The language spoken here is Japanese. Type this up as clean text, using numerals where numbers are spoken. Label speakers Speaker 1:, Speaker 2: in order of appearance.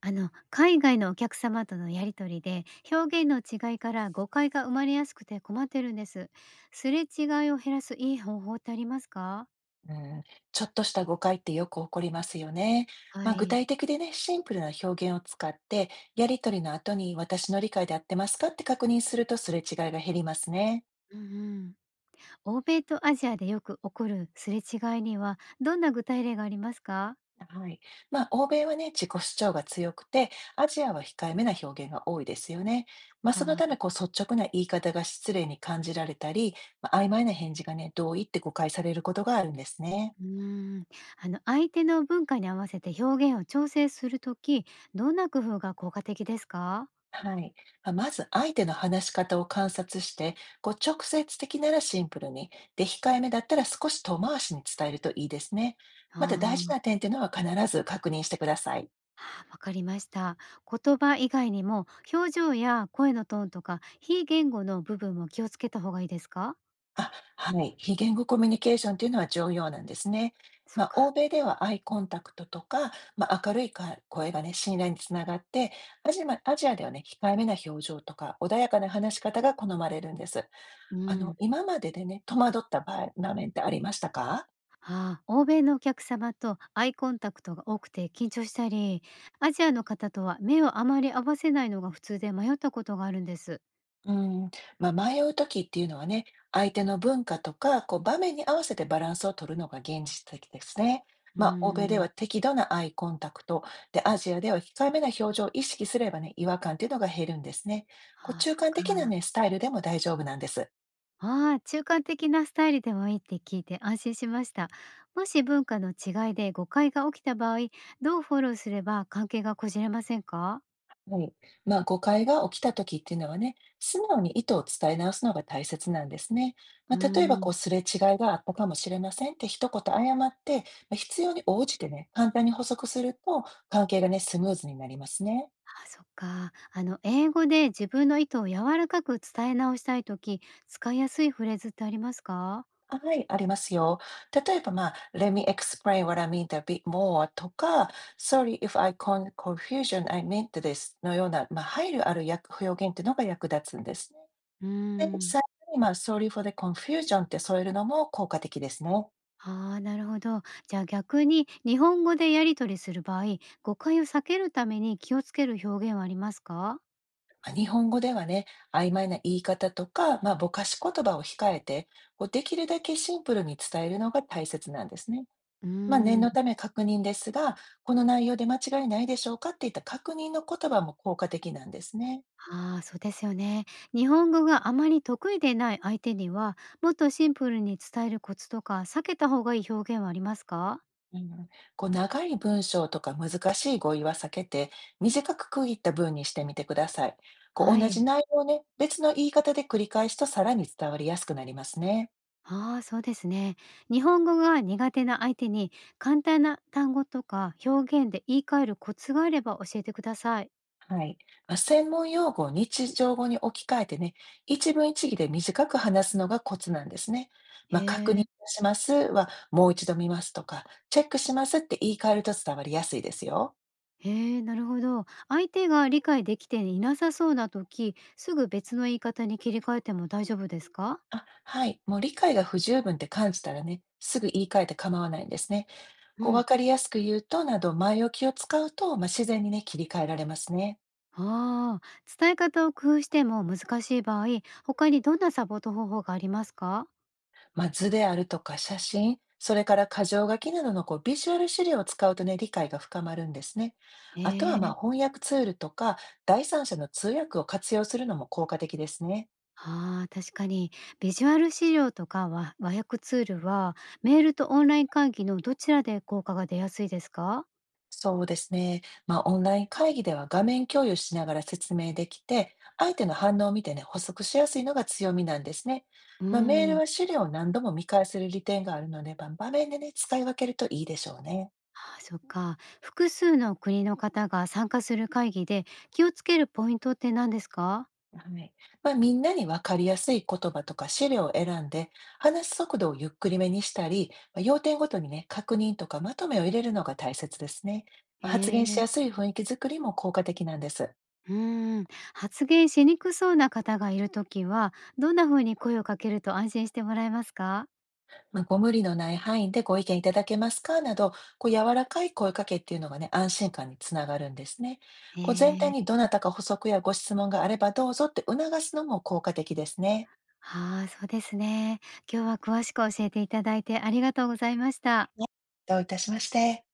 Speaker 1: あの海外のお客様とのやり取りで表現の違いから誤解が生まれやすくて困ってるんです。すれ違いを減らすいい方法ってありますか？
Speaker 2: うん、ちょっとした誤解ってよく起こりますよね。
Speaker 1: は
Speaker 2: 具
Speaker 1: い。
Speaker 2: 体的でね、シンプルな表現を使って、やりとりの後に私の理解で合ってますかって確認するとすれ違いが減りますね。
Speaker 1: うんうん。欧米とアジアでよく起こるすれ違いにはどんな具体例がありますか？
Speaker 2: はい。欧米はね、自己主張が強くて、アジアは控えめな表現が多いですよね。その
Speaker 1: か。
Speaker 2: ため、率直な言い方が失礼に感じられたり、曖昧な返事がね、同意って誤解されることがあるんですね。
Speaker 1: うーん。あの相手の文化に合わせて表現を調整するとき、どんな工夫が効果的ですか？
Speaker 2: はい。まず、相手の話し方を観察して、直接的ならシンプルに、で、控えめだったら少し遠回しに伝えるといいですね。
Speaker 1: あ
Speaker 2: また、
Speaker 1: あ
Speaker 2: 大事
Speaker 1: ー。
Speaker 2: な点っていうのは必ず確認してください。
Speaker 1: あー、わかりました。言葉以外にも表情や声のトーンとか非言語の部分も気をつけた方がいいですか？
Speaker 2: あ、はい。非言語コミュニケーションというのは重要なんですね。
Speaker 1: そっ
Speaker 2: 欧
Speaker 1: か。
Speaker 2: 米ではアイコンタクトとか、明るいか声がね、信頼につながって、アジアではね、控えめな表情とか、穏やかな話し方が好まれるんです。
Speaker 1: うん。
Speaker 2: 今まででね、戸惑った場面ってありましたか？
Speaker 1: ああ、欧米のお客様とアイコンタクトが多くて緊張したり、アジアの方とは目をあまり合わせないのが普通で迷ったことがあるんです。
Speaker 2: うん、迷う時っていうのはね、相手の文化とか、場面に合わせてバランスを取るのが現実的ですね。
Speaker 1: うー
Speaker 2: 欧米では
Speaker 1: ん。
Speaker 2: 適度なアイコンタクト、で、アジアでは控えめな表情を意識すればね、違和感っていうのが減るんですね。
Speaker 1: ああ、
Speaker 2: 中
Speaker 1: そっ
Speaker 2: 間
Speaker 1: か。
Speaker 2: 的なね、スタイルでも大丈夫なんです。
Speaker 1: ああ、中間的なスタイルでもいいって聞いて安心しました。もし文化の違いで誤解が起きた場合、どうフォローすれば関係がこじれませんか？
Speaker 2: はい。誤解が起きた時っていうのはね、素直に意図を伝え直すのが大切なんですね。
Speaker 1: う
Speaker 2: 例
Speaker 1: ー
Speaker 2: えば、
Speaker 1: ん。
Speaker 2: すれ違いがあったかもしれませんって一言謝って、必要に応じてね、簡単に補足すると、関係がね、スムーズになりますね。
Speaker 1: あ、そっか。あの、英語で自分の意図を柔らかく伝え直したいとき、使いやすいフレーズってありますか？
Speaker 2: はい、ありますよ。例えば、Let me explain what I mean a bit more とか、Sorry if I c o n confusion, I meant this のような、配慮ある訳表現っていうのが役立つんです。
Speaker 1: うー
Speaker 2: で、
Speaker 1: ん。
Speaker 2: 最後に、Sorry for the confusion って添えるのも効果的ですね。
Speaker 1: ああ、なるほど。じゃあ逆に日本語でやり取りする場合、誤解を避けるために気をつける表現はありますか？
Speaker 2: 日本語ではね、曖昧な言い方とか、ぼかし言葉を控えて、できるだけシンプルに伝えるのが大切なんですね。
Speaker 1: う
Speaker 2: 念
Speaker 1: ーん。
Speaker 2: のため確認ですが、この内容で間違いないでしょうかっていった確認の言葉も効果的なんですね。
Speaker 1: ああ、そうですよね。日本語があまり得意でない相手には、もっとシンプルに伝えるコツとか、避けた方がいい表現はありますか？
Speaker 2: うん、長い文章とか難しい語彙は避けて、短く区切った文にしてみてください。
Speaker 1: は
Speaker 2: 同じ
Speaker 1: い。
Speaker 2: 内容をね、別の言い方で繰り返すとさらに伝わりやすくなりますね。
Speaker 1: ああ、そうですね。日本語が苦手な相手に簡単な単語とか表現で言い換えるコツがあれば教えてください。
Speaker 2: はい。専門用語を日常語に置き換えてね、一文一義で短く話すのがコツなんですね。
Speaker 1: へ
Speaker 2: 確認
Speaker 1: え。
Speaker 2: しますは、もう一度見ますとか、チェックしますって言い換えると伝わりやすいですよ。
Speaker 1: へえ、なるほど。相手が理解できていなさそうな時、すぐ別の言い方に切り替えても大丈夫ですか？
Speaker 2: あ、はい。もう理解が不十分って感じたらね、すぐ言い換えて構わないんですね。
Speaker 1: う
Speaker 2: 分
Speaker 1: ん。
Speaker 2: かりやすく言うとなど、前置きを使うと、自然にね、切り替えられますね。
Speaker 1: ああ、伝え方を工夫しても難しい場合、他にどんなサポート方法がありますか？
Speaker 2: 図であるとか写真、それから箇条書きなどのビジュアル資料を使うとね、理解が深まるんですね。あと
Speaker 1: へ
Speaker 2: は、
Speaker 1: え。
Speaker 2: 翻訳ツールとか、第三者の通訳を活用するのも効果的ですね。
Speaker 1: ああ、確かに。ビジュアル資料とか和和訳ツールは、メールとオンライン会議のどちらで効果が出やすいですか？
Speaker 2: そうですね。オンライン会議では画面共有しながら説明できて、相手の反応を見てね、補足しやすいのが強みなんですね。
Speaker 1: うー
Speaker 2: メール
Speaker 1: ん。
Speaker 2: は資料を何度も見返せる利点があるので、場面でね、使い分けるといいでしょうね。
Speaker 1: ああ、そっか。複数の国の方が参加する会議で気をつけるポイントって何ですか？
Speaker 2: はい。みんなに分かりやすい言葉とか資料を選んで、話す速度をゆっくりめにしたり、要点ごとにね、確認とかまとめを入れるのが大切ですね。
Speaker 1: へ
Speaker 2: 発言し
Speaker 1: え。
Speaker 2: やすい雰囲気づくりも効果的なんです。
Speaker 1: うーん。発言しにくそうな方がいるときは、どんな風に声をかけると安心してもらえますか？
Speaker 2: ご無理のない範囲でご意見いただけますかなど、柔らかい声かけっていうのがね、安心感につながるんですね。
Speaker 1: え
Speaker 2: 全体に
Speaker 1: え。
Speaker 2: どなたか補足やご質問があればどうぞって促すのも効果的ですね。
Speaker 1: ああ、そうですね。今日は詳しく教えていただいてありがとうございました。
Speaker 2: ね、どういたしまして。